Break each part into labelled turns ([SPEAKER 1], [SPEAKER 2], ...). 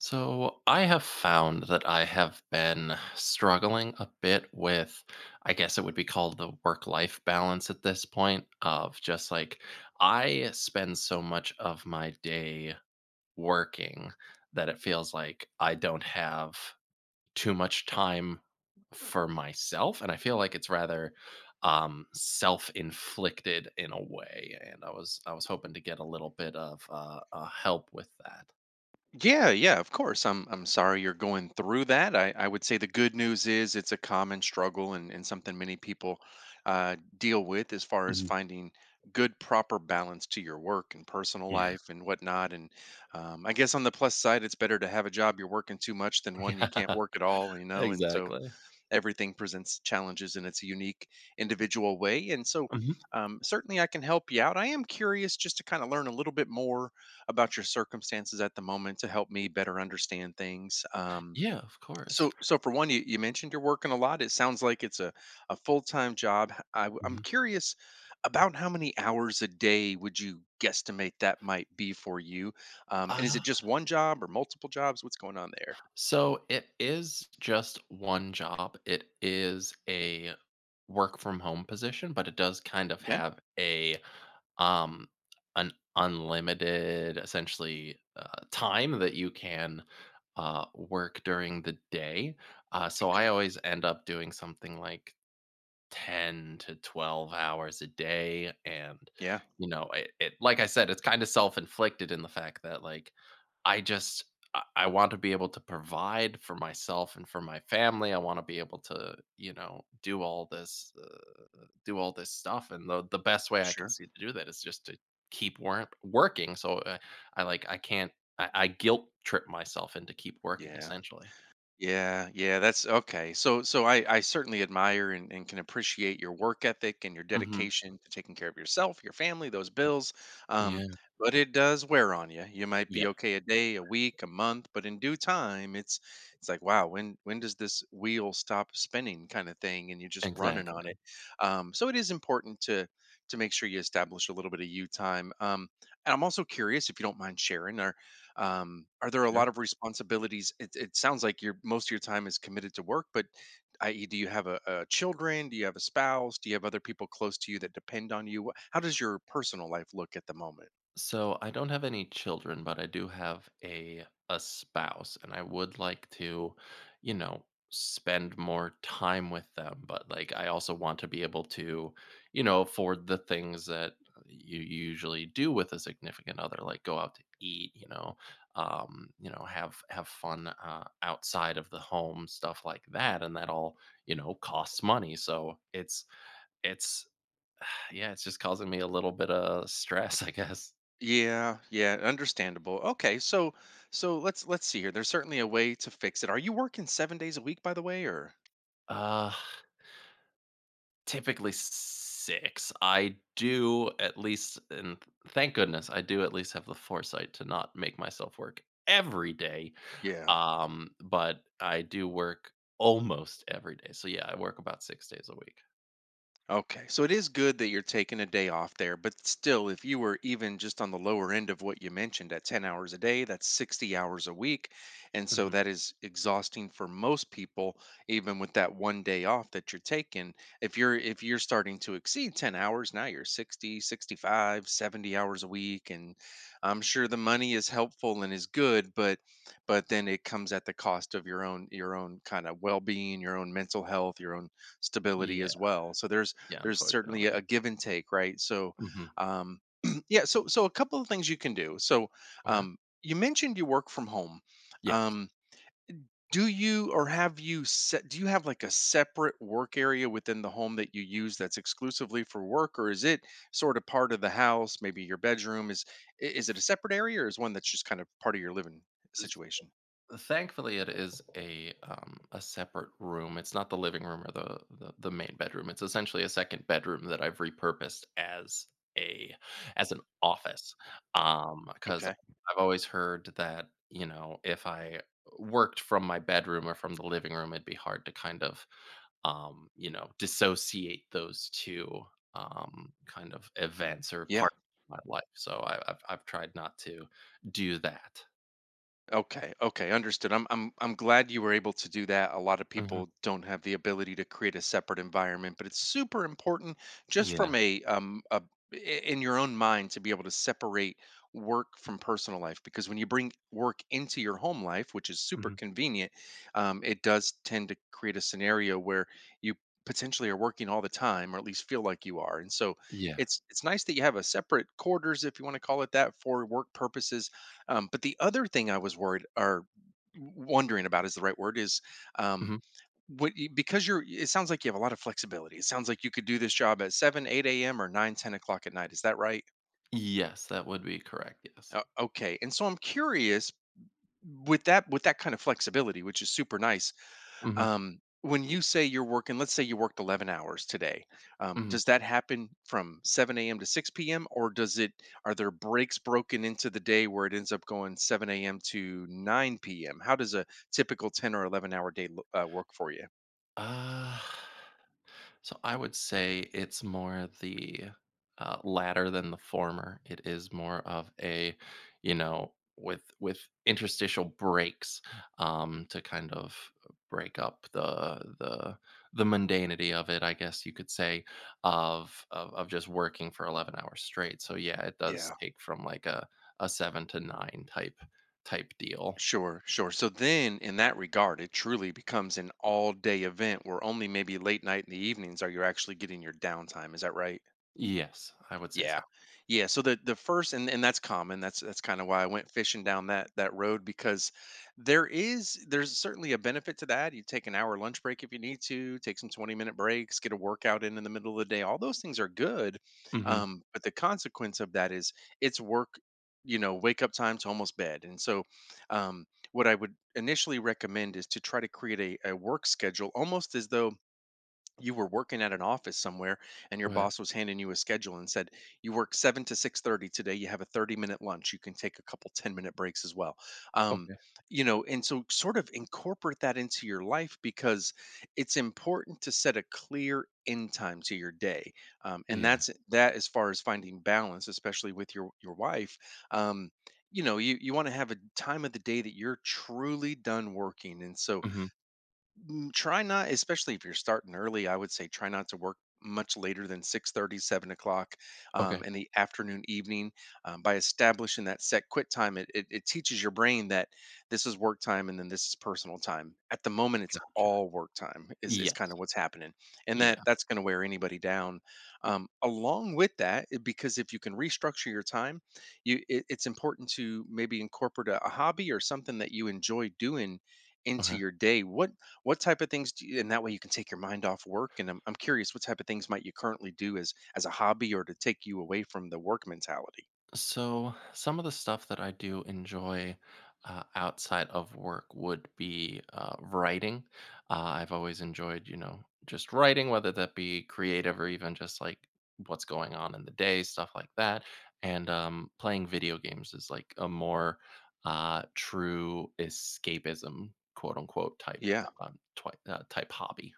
[SPEAKER 1] So I have found that I have been struggling a bit with, I guess it would be called the work life balance at this point, of just like I spend so much of my day working that it feels like I don't have too much time for myself. And I feel like it's rather self-inflicted in a way, and I was hoping to get a little bit of help with that.
[SPEAKER 2] Yeah, yeah, of course. I'm sorry you're going through that. I would say the good news is it's a common struggle and something many people deal with as far as
[SPEAKER 1] Mhm.
[SPEAKER 2] finding good proper balance to your work and personal
[SPEAKER 1] Yeah.
[SPEAKER 2] life and whatnot. And I guess on the plus side, it's better to have a job you're working too much than one you can't work at all, you know. And so
[SPEAKER 1] Exactly.
[SPEAKER 2] everything presents challenges in its unique individual way, and so
[SPEAKER 1] Mhm.
[SPEAKER 2] certainly I can help you out. I am curious just to kind of learn a little bit more about your circumstances at the moment to help me better understand things.
[SPEAKER 1] Yeah, of course.
[SPEAKER 2] So for one, you mentioned you're working a lot. It sounds like it's a full-time job. I am
[SPEAKER 1] Mhm.
[SPEAKER 2] curious about how many hours a day would you guesstimate that might be for you, and is
[SPEAKER 1] Uh,
[SPEAKER 2] it just one job or multiple jobs? What's going on there?
[SPEAKER 1] so it is just one job. It is a work from home position, but it does kind of
[SPEAKER 2] Okay.
[SPEAKER 1] have a um an unlimited, essentially, time that you can work during the day. So I
[SPEAKER 2] Okay.
[SPEAKER 1] always end up doing something like 10 to 12 hours a day. And,
[SPEAKER 2] Yeah.
[SPEAKER 1] you know, it, like I said, it's kinda self-inflicted in the fact that, like, I just I want to be able to provide for myself and for my family. I wanna be able to, you know, do all this stuff, and the best way I can
[SPEAKER 2] Sure.
[SPEAKER 1] see to do that is just to keep work working. So, I, like, I can't, I guilt trip myself into keep working,
[SPEAKER 2] Yeah.
[SPEAKER 1] essentially.
[SPEAKER 2] Yeah, yeah, that's okay. So, so I certainly admire and can appreciate your work ethic and your
[SPEAKER 1] Mhm.
[SPEAKER 2] dedication to taking care of yourself, your family, those bills. Um,
[SPEAKER 1] Yeah.
[SPEAKER 2] but it does wear on you. You might be
[SPEAKER 1] Yep.
[SPEAKER 2] okay a day, a week, a month, but in due time, it's like, wow, when does this wheel stop spinning, kind of thing, and you're just running on it.
[SPEAKER 1] Exactly.
[SPEAKER 2] So it is important to make sure you establish a little bit of you time. And I'm also curious, if you don't mind sharing, are there a
[SPEAKER 1] Sure.
[SPEAKER 2] lot of responsibilities? It sounds like your most of your time is committed to work, but i.e., do you have a children? Do you have a spouse? Do you have other people close to you that depend on you? Wh- how does your personal life look at the moment?
[SPEAKER 1] So I don't have any children, but I do have a spouse, and I would like to, you know, spend more time with them. But, like, I also want to be able to, you know, afford the things that you usually do with a significant other, like go out to eat, you know, have fun outside of the home, stuff like that, and that all, you know, costs money. So it's yeah, it's just causing me a little bit of stress, I guess.
[SPEAKER 2] Yeah. Yeah, understandable. Okay, so let's see here. There's certainly a way to fix it. Are you working 7 days a week, by the way, or?
[SPEAKER 1] Uh Typically 6. I do, at least. And thank goodness, I do at least have the foresight to not make myself work every day.
[SPEAKER 2] Yeah.
[SPEAKER 1] But I do work almost every day. So, yeah, I work about 6 days a week.
[SPEAKER 2] Okay, so it is good that you're taking a day off there, but still, if you were even just on the lower end of what you mentioned at 10 hours a day, that's 60 hours a week. And so
[SPEAKER 1] Mhm.
[SPEAKER 2] that is exhausting for most people, even with that one day off that you're taking. If you're starting to exceed 10 hours, now you're 60, 65, 70 hours a week. And I'm sure the money is helpful and is good, but then it comes at the cost of your own kind of well-being, your own mental health, your own stability
[SPEAKER 1] Yeah,
[SPEAKER 2] as well. So
[SPEAKER 1] yeah,
[SPEAKER 2] there's certainly
[SPEAKER 1] unfortunately.
[SPEAKER 2] a give and take, right? So,
[SPEAKER 1] Mhm.
[SPEAKER 2] um, yeah, so so a couple of things you can do. So,
[SPEAKER 1] Okay.
[SPEAKER 2] um, you mentioned you work from home.
[SPEAKER 1] Yes.
[SPEAKER 2] Um, do you or have you set? Do you have like a separate work area within the home that you use that's exclusively for work, or is it sort of part of the house? Maybe your bedroom is I- is it a separate area, or is one that's just kind of part of your living situation?
[SPEAKER 1] Thankfully, it is a separate room. It's not the living room or the main bedroom. It's essentially a second bedroom that I've repurposed as a as an office. Because
[SPEAKER 2] Okay.
[SPEAKER 1] I've always heard that, if I worked from my bedroom or from the living room, it'd be hard to kind of dissociate those two, kind of, events or
[SPEAKER 2] Yeah.
[SPEAKER 1] part of my life. So I've tried not to do that.
[SPEAKER 2] Okay, okay, understood. I'm glad you were able to do that. A lot of
[SPEAKER 1] Mhm.
[SPEAKER 2] people don't have the ability to create a separate environment, but it's super important just from
[SPEAKER 1] Yeah.
[SPEAKER 2] a I- in your own mind to be able to separate work from personal life, because when you bring work into your home life, which is super
[SPEAKER 1] Mm-hmm.
[SPEAKER 2] convenient, it does tend to create a scenario where you potentially are working all the time, or at least feel like you are. And so
[SPEAKER 1] Yeah.
[SPEAKER 2] it's nice that you have a separate quarters, if you want to call it that, for work purposes. But the other thing I was worried, or wondering about, is the right word is um,
[SPEAKER 1] Mhm.
[SPEAKER 2] what you, because you're. It sounds like you have a lot of flexibility. It sounds like you could do this job at seven, eight a.m. or nine, 10 o'clock at night. Is that right?
[SPEAKER 1] Yes, that would be correct, yes.
[SPEAKER 2] Okay. And so I'm curious, with that kind of flexibility, which is super nice.
[SPEAKER 1] Mhm.
[SPEAKER 2] When you say you're working, let's say you worked 11 hours today,
[SPEAKER 1] Mhm.
[SPEAKER 2] does that happen from 7 a.m. to 6 p.m., or does it, are there breaks broken into the day where it ends up going 7 a.m. to 9 p.m.? How does a typical 10 or 11-hour day lo- work for you?
[SPEAKER 1] Uh, so I would say it's more the latter than the former. It is more of a, you know, with interstitial breaks, to kind of break up the mundanity of it, I guess you could say, of just working for 11 hours straight. So yeah, it does
[SPEAKER 2] Yeah.
[SPEAKER 1] take from like a 7 to 9 type deal.
[SPEAKER 2] Sure, sure. So then, in that regard, it truly becomes an all day event where only maybe late night in the evenings are you actually getting your downtime. Is that right?
[SPEAKER 1] Yes, I would say so.
[SPEAKER 2] Yeah. Yeah, so the first and that's common, that's kinda why I went fishing down that road, because there's certainly a benefit to that. You take an hour lunch break if you need to, take some 20-minute breaks, get a workout in the middle of the day, all those things are good,
[SPEAKER 1] Mhm.
[SPEAKER 2] but the consequence of that is it's work, you know, wake up time to almost bed, and so, um, what I would initially recommend is to try to create a work schedule, almost as though you were working at an office somewhere and your
[SPEAKER 1] Okay.
[SPEAKER 2] boss was handing you a schedule and said you work 7 to 6:30 today, you have a 30-minute lunch, you can take a couple 10-minute breaks as well. um,
[SPEAKER 1] Okay.
[SPEAKER 2] you know, and so sort of incorporate that into your life, because it's important to set a clear end time to your day, and
[SPEAKER 1] Yeah.
[SPEAKER 2] that as far as finding balance, especially with your wife. um, you know, you want to have a time of the day that you're truly done working, and so
[SPEAKER 1] Mhm.
[SPEAKER 2] mm, try not, especially if you're starting early, I would say try not to work much later than 6:30, 7 o'clock
[SPEAKER 1] Okay.
[SPEAKER 2] in the afternoon, evening. By establishing that set quit time, it teaches your brain that this is work time and then this is personal time. At the moment, it's
[SPEAKER 1] Gotcha.
[SPEAKER 2] all work time, is kind
[SPEAKER 1] Yes.
[SPEAKER 2] of what's happening. And that
[SPEAKER 1] Yeah.
[SPEAKER 2] that's going to wear anybody down. Along with that, I- because if you can restructure your time, you it's important to maybe incorporate a hobby or something that you enjoy doing into
[SPEAKER 1] Okay.
[SPEAKER 2] your day. What type of things do you, and that way you can take your mind off work, and I'm curious, what type of things might you currently do as a hobby or to take you away from the work mentality?
[SPEAKER 1] So some of the stuff that I do enjoy outside of work would be writing. Uh, I've always enjoyed, you know, just writing, whether that be creative or even just like what's going on in the day, stuff like that. And playing video games is like a more true escapism, quote unquote, type,
[SPEAKER 2] Yeah.
[SPEAKER 1] type hobby.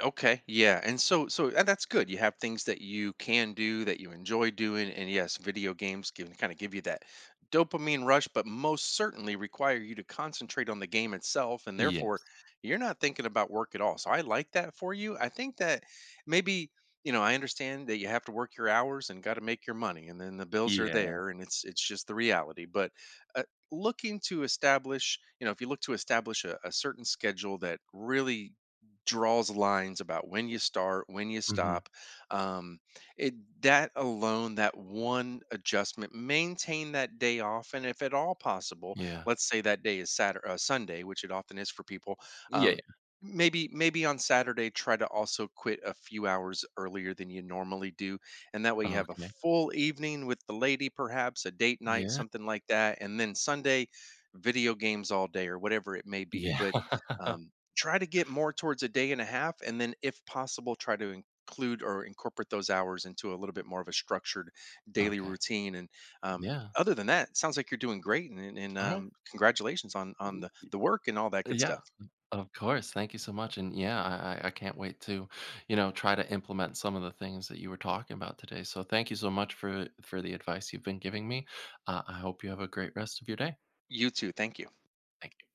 [SPEAKER 2] Okay, yeah. And that's good. You have things that you can do that you enjoy doing, and yes, video games can kind of give you that dopamine rush, but most certainly require you to concentrate on the game itself, and therefore
[SPEAKER 1] Yes.
[SPEAKER 2] you're not thinking about work at all. So I like that for you. I think that maybe, you know, I understand that you have to work your hours and got to make your money and then the bills are
[SPEAKER 1] Yeah.
[SPEAKER 2] there, and it's just the reality. But uh, looking to establish, you know, if you look to establish a certain schedule that really draws lines about when you start, when you
[SPEAKER 1] Hmm.
[SPEAKER 2] stop. Um, it that alone, that one adjustment, maintain that day off, and if at all possible,
[SPEAKER 1] Yeah.
[SPEAKER 2] let's say that day is Saturday, Sunday, which it often is for people.
[SPEAKER 1] Yeah,
[SPEAKER 2] Um,
[SPEAKER 1] yeah.
[SPEAKER 2] maybe on Saturday, try to also quit a few hours earlier than you normally do, and that way you have a
[SPEAKER 1] Okay.
[SPEAKER 2] full evening with the lady, perhaps a date night,
[SPEAKER 1] Yeah.
[SPEAKER 2] something like that, and then Sunday, video games all day or whatever it may be,
[SPEAKER 1] Yeah.
[SPEAKER 2] but. Um, try to get more towards a day and a half, and then if possible try to include or incorporate those hours into a little bit more of a structured daily
[SPEAKER 1] Okay.
[SPEAKER 2] routine, and um,
[SPEAKER 1] Yeah.
[SPEAKER 2] other than that, it sounds like you're doing great, and
[SPEAKER 1] All right.
[SPEAKER 2] congratulations on
[SPEAKER 1] Y-
[SPEAKER 2] the work and all that good
[SPEAKER 1] Yeah,
[SPEAKER 2] stuff.
[SPEAKER 1] of course. Thank you so much. And yeah, I can't wait to, try to implement some of the things that you were talking about today. So thank you so much for the advice you've been giving me. I hope you have a great rest of your day.
[SPEAKER 2] You too, thank you.
[SPEAKER 1] Thank